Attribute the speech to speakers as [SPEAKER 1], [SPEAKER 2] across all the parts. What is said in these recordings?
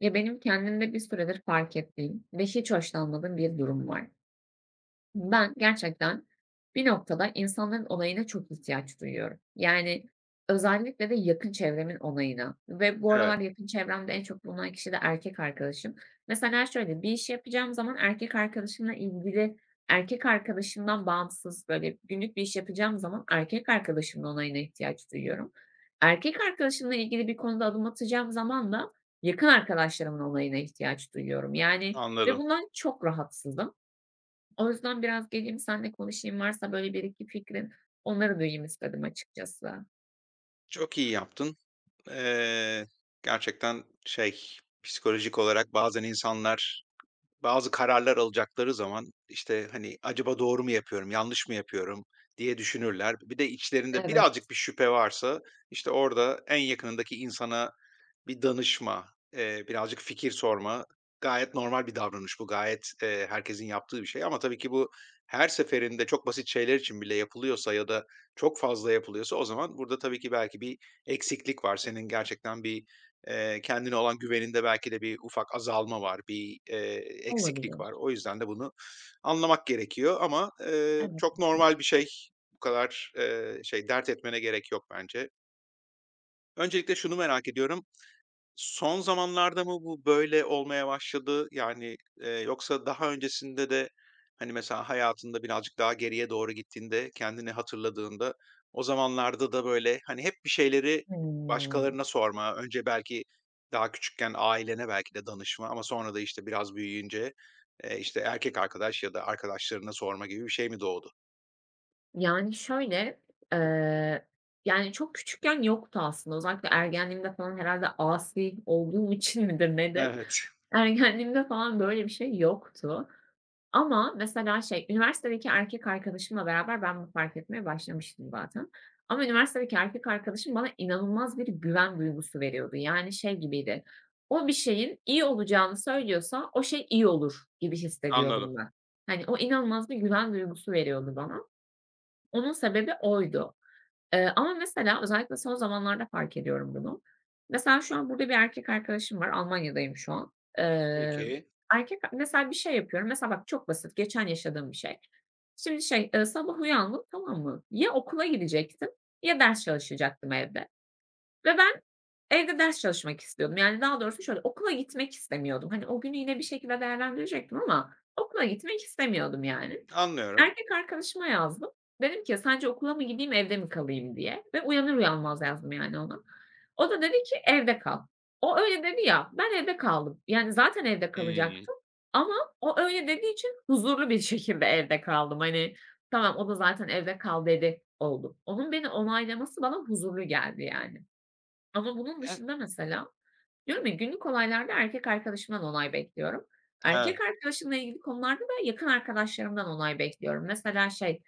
[SPEAKER 1] Ya, benim kendimde bir süredir fark ettiğim ve hiç hoşlanmadığım bir durum var. Ben gerçekten bir noktada insanların onayına çok ihtiyaç duyuyorum. Yani özellikle de yakın çevremin onayına ve bu
[SPEAKER 2] Evet,
[SPEAKER 1] aralar yakın çevremde en çok bulunan kişi de erkek arkadaşım. Mesela şöyle bir iş yapacağım zaman erkek arkadaşımla ilgili erkek arkadaşımdan bağımsız böyle günlük bir iş yapacağım zaman erkek arkadaşımın onayına ihtiyaç duyuyorum. Erkek arkadaşımla ilgili bir konuda adım atacağım zaman da yakın arkadaşlarımın onayına ihtiyaç duyuyorum. Yani ve
[SPEAKER 2] anladım.
[SPEAKER 1] bundan çok rahatsızım. O yüzden biraz geleyim seninle konuşayım, varsa böyle bir iki fikrin, onları duyayım istedim açıkçası.
[SPEAKER 2] Çok iyi yaptın. Eee, Gerçekten şey, psikolojik olarak bazen insanlar bazı kararlar alacakları zaman, işte, hani, "Acaba doğru mu yapıyorum, yanlış mı yapıyorum?" diye düşünürler. Bir de içlerinde
[SPEAKER 1] Evet,
[SPEAKER 2] birazcık bir şüphe varsa, işte, orada en yakınındaki insana bir danışma, birazcık fikir sorma, gayet normal bir davranış bu. Gayet, herkesin yaptığı bir şey ama tabii ki bu her seferinde çok basit şeyler için bile yapılıyorsa ya da çok fazla yapılıyorsa o zaman burada tabii ki belki bir eksiklik var. Senin gerçekten bir, kendine olan güveninde belki de bir ufak azalma var, bir, eksiklik var.
[SPEAKER 1] olabilir.
[SPEAKER 2] O yüzden de bunu anlamak gerekiyor ama, çok
[SPEAKER 1] Evet.
[SPEAKER 2] normal bir şey. Bu kadar, şey, dert etmene gerek yok bence. Öncelikle şunu merak ediyorum. Son zamanlarda mı bu böyle olmaya başladı? Yani, yoksa daha öncesinde de, hani, mesela hayatında birazcık daha geriye doğru gittiğinde, kendini hatırladığında o zamanlarda da böyle, hani, hep bir şeyleri
[SPEAKER 1] Hımm.
[SPEAKER 2] başkalarına sorma, önce belki daha küçükken ailene belki de danışma ama sonra da, işte, biraz büyüyünce, işte, erkek arkadaş ya da arkadaşlarına sorma gibi bir şey mi doğdu?
[SPEAKER 1] Yani şöyle, eee, yani çok küçükken yoktu aslında. Özellikle ergenliğimde falan herhâlde asi olduğum için midir nedir?
[SPEAKER 2] Evet,
[SPEAKER 1] Ergenliğimde falan böyle bir şey yoktu. Ama mesela şey, üniversitedeki erkek arkadaşımla beraber ben bunu fark etmeye başlamıştım zaten. Ama üniversitedeki erkek arkadaşım bana inanılmaz bir güven duygusu veriyordu. Yani şey gibiydi, o bir şeyin iyi olacağını söylüyorsa o şey iyi olur gibi
[SPEAKER 2] anladım.
[SPEAKER 1] hissediyordum ben. Hani o inanılmaz bir güven duygusu veriyordu bana. Onun sebebi oydu. Ama mesela özellikle son zamanlarda fark ediyorum bunu. Mesela şu an burada bir erkek arkadaşım var. Almanya'dayım şu an. Eee,
[SPEAKER 2] Peki.
[SPEAKER 1] erkek mesela bir şey yapıyorum. Mesela bak çok basit. Geçen yaşadığım bir şey. Şimdi şey, sabah uyandım, tamam mı? Ya okula gidecektim ya ders çalışacaktım evde ve ben evde ders çalışmak istiyordum. Yani, daha doğrusu şöyle, okula gitmek istemiyordum. Hani, o günü yine bir şekilde değerlendirecektim ama okula gitmek istemiyordum, yani.
[SPEAKER 2] Anlıyorum.
[SPEAKER 1] Erkek arkadaşıma yazdım. Dedim ki, "Sence okula mı gideyim, evde mi kalayım?" diye ve uyanır uyanmaz yazdım, yani, ona. O da dedi ki, "Evde kal." O öyle dedi ya, ben evde kaldım. Yani, zaten evde
[SPEAKER 2] Hımm.
[SPEAKER 1] kalacaktım ama o öyle dediği için huzurlu bir şekilde evde kaldım. Hani, tamam, o da zaten evde kal dedi, oldu. Onun beni onaylaması bana huzurlu geldi, yani. Ama bunun
[SPEAKER 2] E
[SPEAKER 1] dışında mesela diyorum ya günlük olaylarda erkek arkadaşımdan onay bekliyorum.
[SPEAKER 2] Evet.
[SPEAKER 1] Erkek arkadaşımla ilgili konularda da yakın arkadaşlarımdan onay bekliyorum. Mesela şey,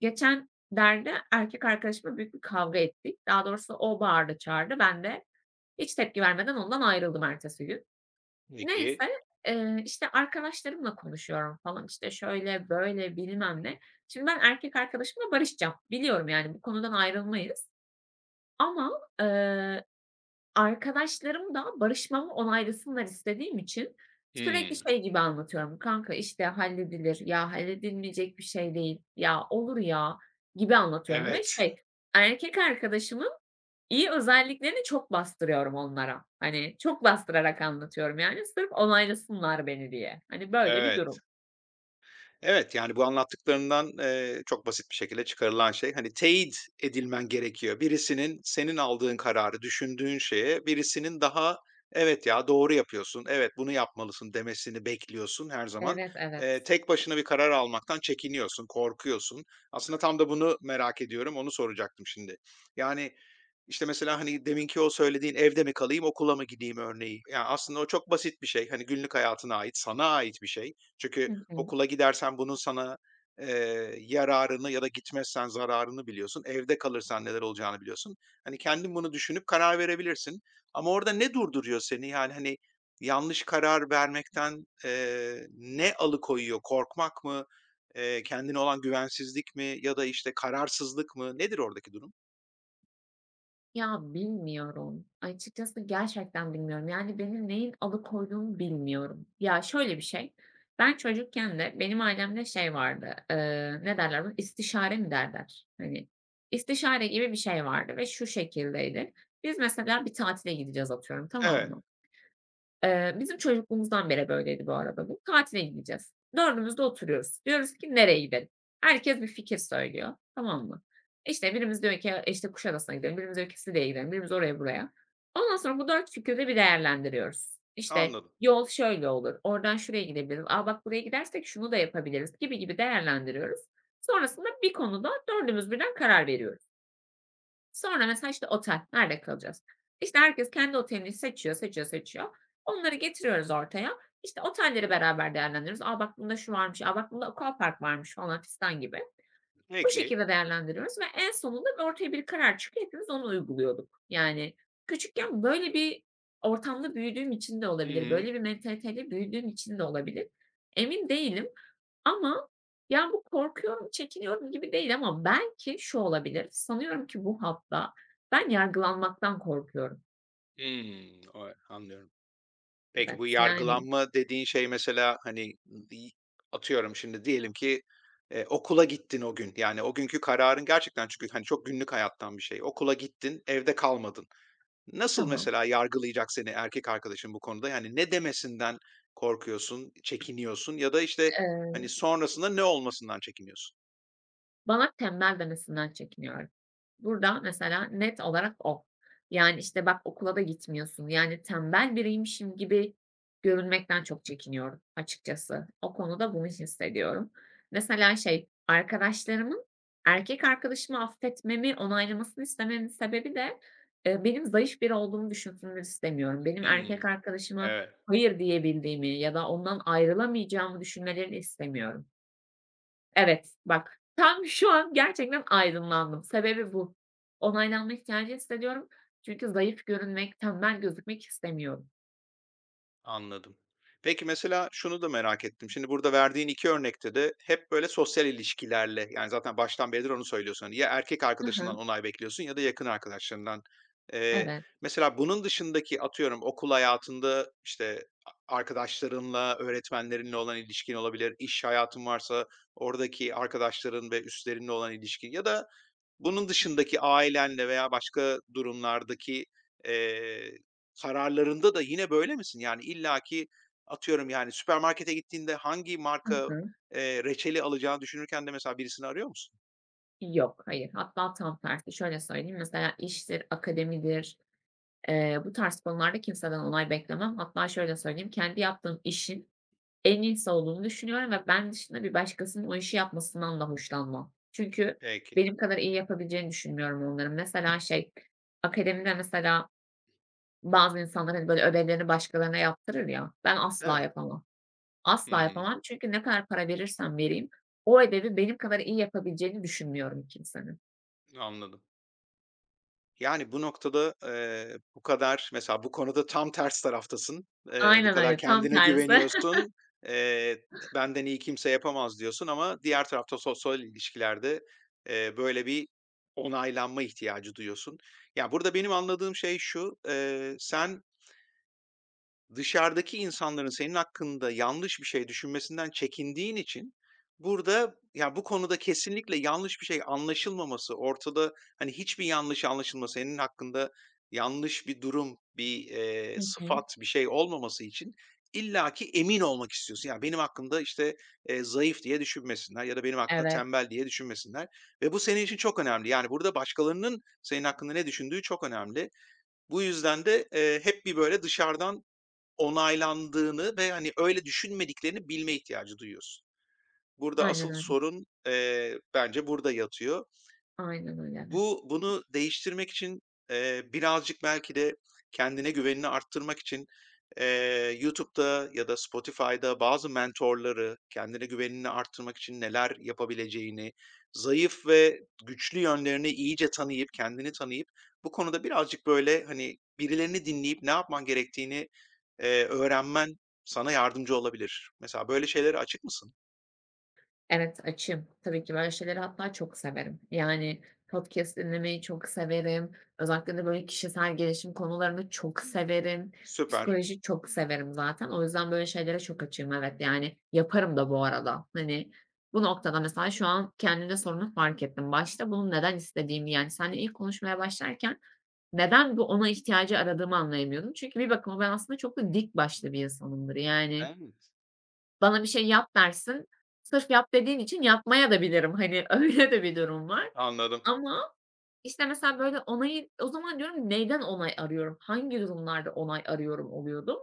[SPEAKER 1] geçen derde erkek arkadaşımla büyük bir kavga ettik. Daha doğrusu o bağırdı çağırdı. Ben de hiç tepki vermeden ondan ayrıldım ertesi gün.
[SPEAKER 2] Peki.
[SPEAKER 1] Neyse, işte arkadaşlarımla konuşuyorum falan işte şöyle böyle bilmem ne. Şimdi ben erkek arkadaşımla barışacağım. Biliyorum yani bu konudan ayrılmayız ama arkadaşlarım da barışmamı onaylasınlar istediğim için sürekli
[SPEAKER 2] Hımm.
[SPEAKER 1] şey gibi anlatıyorum. "Kanka, işte, halledilir. Ya, halledilmeyecek bir şey değil. Ya, olur ya." gibi anlatıyorum ve
[SPEAKER 2] Evet.
[SPEAKER 1] şey, erkek arkadaşımın iyi özelliklerini çok bastırıyorum onlara. Hani, çok bastırarak anlatıyorum, yani, sırf onaylasınlar beni diye. Hani, böyle bir
[SPEAKER 2] Evet.
[SPEAKER 1] durum.
[SPEAKER 2] Evet, yani, bu anlattıklarından, çok basit bir şekilde çıkarılan şey, hani, teyit edilmen gerekiyor. Birisinin senin aldığın kararı, düşündüğün şeye birisinin daha, "Evet ya, doğru yapıyorsun, evet, bunu yapmalısın." demesini bekliyorsun her zaman.
[SPEAKER 1] Evet, evet.
[SPEAKER 2] Tek başına bir karar almaktan çekiniyorsun, korkuyorsun. Aslında tam da bunu merak ediyorum, onu soracaktım şimdi. Yani, işte, mesela, hani, deminki o söylediğin "Evde mi kalayım, okula mı gideyim?" örneği. Yani aslında o çok basit bir şey. Hani, günlük hayatına ait, sana ait bir şey. Çünkü
[SPEAKER 1] Hı hı.
[SPEAKER 2] okula gidersen bunun sana, yararını ya da gitmezsen zararını biliyorsun. Evde kalırsan neler olacağını biliyorsun. Hani, kendin bunu düşünüp karar verebilirsin ama orada ne durduruyor seni? Yani, hani, yanlış karar vermekten, ne alıkoyuyor? Korkmak mı? Kendine olan güvensizlik mi ya da, işte, kararsızlık mı? Nedir oradaki durum?
[SPEAKER 1] Ya, bilmiyorum. Açıkçası gerçekten bilmiyorum. Yani, beni neyin alıkoyduğunu bilmiyorum. Ya, şöyle bir şey, ben çocukken de benim ailemde şey vardı, ne derler buna, İstişare mi derler? Hani, istişare gibi bir şey vardı ve şu şekildeydi. Biz mesela bir tatile gideceğiz atıyorum, tamam
[SPEAKER 2] Evet,
[SPEAKER 1] mı? Bizim çocukluğumuzdan beri böyleydi bu arada bu. Tatile gideceğiz. 4'ümüz de oturuyoruz. Diyoruz ki nereye gidelim? Herkes bir fikir söylüyor, tamam mı? İşte birimiz diyor ki, işte Kuşadası'na gidelim, birimiz diyor ki Side'ye gidelim, birimiz oraya buraya. Ondan sonra bu 4 fikri de bir değerlendiriyoruz. İşte
[SPEAKER 2] anladım.
[SPEAKER 1] yol şöyle olur, oradan şuraya gidebiliriz, Aa bak buraya gidersek şunu da yapabiliriz gibi gibi değerlendiriyoruz. Sonrasında bir konuda dördümüz birden karar veriyoruz. Sonra mesela, işte, otel, nerede kalacağız? İşte, herkes kendi otelini seçiyor, seçiyor, seçiyor. Onları getiriyoruz ortaya. İşte, otelleri beraber değerlendiriyoruz. A, bak bunda şu varmış, a, bak bunda aquapark varmış falan fistan gibi. Bu
[SPEAKER 2] Peki.
[SPEAKER 1] şekilde değerlendiriyoruz ve en sonunda ortaya bir karar çıkıyor. Hepimiz onu uyguluyorduk. Yani küçükken böyle bir ortamda büyüdüğüm için de
[SPEAKER 2] Hı
[SPEAKER 1] olabilir.
[SPEAKER 2] hı.
[SPEAKER 1] Böyle bir mentaliteyle büyüdüğüm için de olabilir. Emin değilim ama ya bu korkuyorum, çekiniyorum gibi değil ama belki şu olabilir. Sanıyorum ki bu hatta ben yargılanmaktan korkuyorum.
[SPEAKER 2] Hımm. O anlıyorum. Peki bu
[SPEAKER 1] Evet, yani
[SPEAKER 2] yargılanma dediğin şey mesela, hani, di atıyorum şimdi diyelim ki, okula gittin o gün, yani o günkü kararın gerçekten çünkü, hani, çok günlük hayattan bir şey. Okula gittin, evde kalmadın. Nasıl
[SPEAKER 1] tamam.
[SPEAKER 2] mesela yargılayacak seni erkek arkadaşın bu konuda? Yani ne demesinden korkuyorsun, çekiniyorsun ya da, işte,
[SPEAKER 1] Eee
[SPEAKER 2] hani, sonrasında ne olmasından çekiniyorsun?
[SPEAKER 1] Bana tembel demesinden çekiniyorum. Burada mesela net olarak o. Yani, işte, "Bak okula da gitmiyorsun." Yani, tembel biriymişim gibi görünmekten çok çekiniyorum açıkçası. O konuda bunu hissediyorum. Mesela şey, arkadaşlarımın erkek arkadaşımı affetmemi, onaylamasını istememin sebebi de, benim zayıf biri olduğumu düşünsünler istemiyorum. Benim erkek
[SPEAKER 2] Hımm.
[SPEAKER 1] arkadaşıma
[SPEAKER 2] Evet.
[SPEAKER 1] hayır diyebildiğimi ya da ondan ayrılamayacağımı düşünmelerini istemiyorum. Evet, bak, tam şu an gerçekten aydınlandım. Sebebi bu. Onaylanma ihtiyacı hissediyorum çünkü zayıf görünmek, tembel gözükmek istemiyorum.
[SPEAKER 2] Anladım. Peki mesela şunu da merak ettim. Şimdi burada verdiğin 2 örnekte de hep böyle sosyal ilişkilerle, yani, zaten baştan beridir onu söylüyorsun. Hani ya erkek
[SPEAKER 1] Hı
[SPEAKER 2] arkadaşından
[SPEAKER 1] hı.
[SPEAKER 2] onay bekliyorsun ya da yakın arkadaşlarından. Eee,
[SPEAKER 1] Evet.
[SPEAKER 2] mesela bunun dışındaki atıyorum okul hayatında, işte, arkadaşlarınla, öğretmenlerinle olan ilişkin olabilir, İş hayatın varsa oradaki arkadaşların ve üstlerinle olan ilişkin ya da bunun dışındaki ailenle veya başka durumlardaki, eee, kararlarında da yine böyle misin? Yani illaki atıyorum, yani, süpermarkete gittiğinde hangi
[SPEAKER 1] Hı
[SPEAKER 2] marka,
[SPEAKER 1] hı.
[SPEAKER 2] reçeli alacağını düşünürken de mesela birisini arıyor musun?
[SPEAKER 1] Yok, hayır. Hatta tam tersi. Şöyle söyleyeyim, mesela iştir, akademidir, bu tarz konularda kimseden onay beklemem. Hatta şöyle söyleyeyim, kendi yaptığım işin en iyisi olduğunu düşünüyorum ve ben dışında bir başkasının o işi yapmasından da hoşlanmam. Çünkü
[SPEAKER 2] Peki.
[SPEAKER 1] benim kadar iyi yapabileceğini düşünmüyorum onların. Mesela şey, akademide mesela bazı insanlar, hani, böyle, ödevlerini başkalarına yaptırır ya, ben asla
[SPEAKER 2] Evet.
[SPEAKER 1] yapamam.
[SPEAKER 2] Hı
[SPEAKER 1] Asla
[SPEAKER 2] hı.
[SPEAKER 1] yapamam çünkü ne kadar para verirsem vereyim o ödevi benim kadar iyi yapabileceğini düşünmüyorum kimsenin.
[SPEAKER 2] Anladım. Yani, bu noktada, bu kadar mesela bu konuda tam ters taraftasın. Bu
[SPEAKER 1] Aynen
[SPEAKER 2] kadar
[SPEAKER 1] öyle, tam
[SPEAKER 2] kendine
[SPEAKER 1] tersi.
[SPEAKER 2] güveniyorsun, eee, "Benden iyi kimse yapamaz." diyorsun ama diğer tarafta sosyal ilişkilerde, böyle bir onaylanma ihtiyacı duyuyorsun. Ya, burada benim anladığım şey şu: sen dışarıdaki insanların senin hakkında yanlış bir şey düşünmesinden çekindiğin için burada, ya, bu konuda kesinlikle yanlış bir şey anlaşılmaması, ortada, hani, hiçbir yanlış anlaşılma, senin hakkında yanlış bir durum, bir,
[SPEAKER 1] Hı
[SPEAKER 2] sıfat,
[SPEAKER 1] hı.
[SPEAKER 2] bir şey olmaması için illaki emin olmak istiyorsun. Ya, benim hakkımda, işte, zayıf diye düşünmesinler ya da benim hakkımda
[SPEAKER 1] Evet,
[SPEAKER 2] tembel diye düşünmesinler ve bu senin için çok önemli. Yani, burada başkalarının senin hakkında ne düşündüğü çok önemli. Bu yüzden de, hep bir böyle dışarıdan onaylandığını ve, hani, öyle düşünmediklerini bilme ihtiyacı duyuyorsun. Burada
[SPEAKER 1] aynen
[SPEAKER 2] asıl
[SPEAKER 1] öyle.
[SPEAKER 2] sorun, bence burada yatıyor.
[SPEAKER 1] Aynen öyle, evet.
[SPEAKER 2] Bu bunu değiştirmek için, birazcık belki de kendine güvenini arttırmak için, YouTube'da ya da Spotify'da bazı mentorları kendine güvenini arttırmak için neler yapabileceğini, zayıf ve güçlü yönlerini iyice tanıyıp, kendini tanıyıp bu konuda birazcık, böyle, hani, birilerini dinleyip ne yapman gerektiğini öğrenmen sana yardımcı olabilir. Mesela böyle şeylere açık mısın?
[SPEAKER 1] Evet, açığım. Tabii ki böyle şeyleri hatta çok severim. Yani podcast dinlemeyi çok severim. Özellikle de böyle kişisel gelişim konularını çok severim.
[SPEAKER 2] Süper.
[SPEAKER 1] Psikoloji çok severim zaten. O yüzden böyle şeylere çok açığım, evet. Yani yaparım da bu arada. Hani bu noktada mesela şu an kendimde sorunu fark ettim. Başta bunu neden istediğimi yani seninle ilk konuşmaya başlarken neden bu ona ihtiyacı aradığımı anlayamıyordum. Çünkü bir bakıma ben aslında çok da dik başlı bir insanımdır. Yani
[SPEAKER 2] Evet.
[SPEAKER 1] bana bir şey yap dersin. Sırf yap dediğin için yapmaya da bilirim. Hani öyle de bir durum var
[SPEAKER 2] Anladım.
[SPEAKER 1] ama işte, mesela, böyle, onayı o zaman diyorum neyden onay arıyorum? Hangi durumlarda onay arıyorum oluyordum.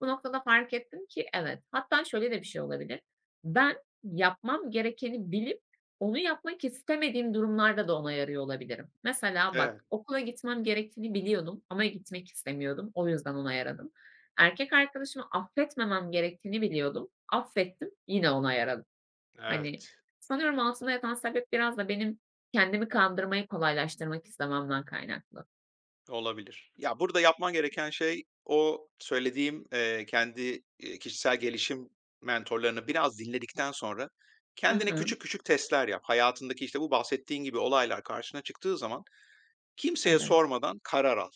[SPEAKER 1] Bu noktada fark ettim ki evet. Hatta şöyle de bir şey olabilir. Ben yapmam gerekeni bilip onu yapmak istemediğim durumlarda da onay arıyor olabilirim. Mesela
[SPEAKER 2] Evet.
[SPEAKER 1] bak, okula gitmem gerektiğini biliyordum ama gitmek istemiyordum. O yüzden onay aradım. Erkek arkadaşımı affetmemem gerektiğini biliyordum. Affettim, yine onay aradım. Hani,
[SPEAKER 2] Evet.
[SPEAKER 1] sanıyorum altında yatan sebep biraz da benim kendimi kandırmayı kolaylaştırmak istememden kaynaklı.
[SPEAKER 2] Olabilir. Ya, burada yapman gereken şey o söylediğim, kendi, kişisel gelişim mentorlarını biraz dinledikten sonra
[SPEAKER 1] Hı
[SPEAKER 2] kendine
[SPEAKER 1] hı,
[SPEAKER 2] küçük küçük testler yap. Hayatındaki, işte, bu bahsettiğin gibi olaylar karşına çıktığı zaman kimseye
[SPEAKER 1] evet.
[SPEAKER 2] sormadan karar al.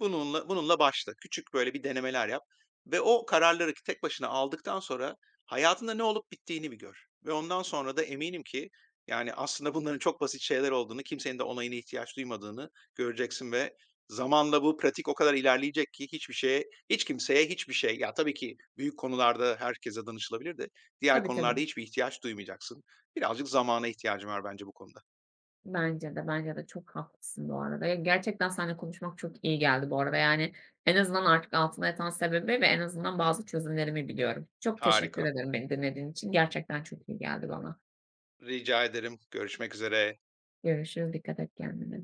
[SPEAKER 2] Bununla başla. Küçük böyle bir denemeler yap ve o kararları tek başına aldıktan sonra hayatında ne olup bittiğini bir gör ve ondan sonra da eminim ki, yani, aslında bunların çok basit şeyler olduğunu, kimsenin de onayına ihtiyaç duymadığını göreceksin ve zamanla bu pratik o kadar ilerleyecek ki hiçbir şeye, hiç kimseye hiçbir şey. Ya, tabii ki büyük konularda herkese danışılabilir de diğer
[SPEAKER 1] Tabii, tabii.
[SPEAKER 2] konularda hiçbir ihtiyaç duymayacaksın. Birazcık zamana ihtiyacım var bence bu konuda.
[SPEAKER 1] Bence de, bence de çok haklısın bu arada. Ya, gerçekten seninle konuşmak çok iyi geldi bu arada. Yani, en azından artık altında yatan sebebi ve en azından bazı çözümlerimi biliyorum. Çok teşekkür
[SPEAKER 2] Harika.
[SPEAKER 1] ederim beni dinlediğin için. Gerçekten çok iyi geldi bana.
[SPEAKER 2] Rica ederim. Görüşmek üzere.
[SPEAKER 1] Görüşürüz. Dikkat et kendine.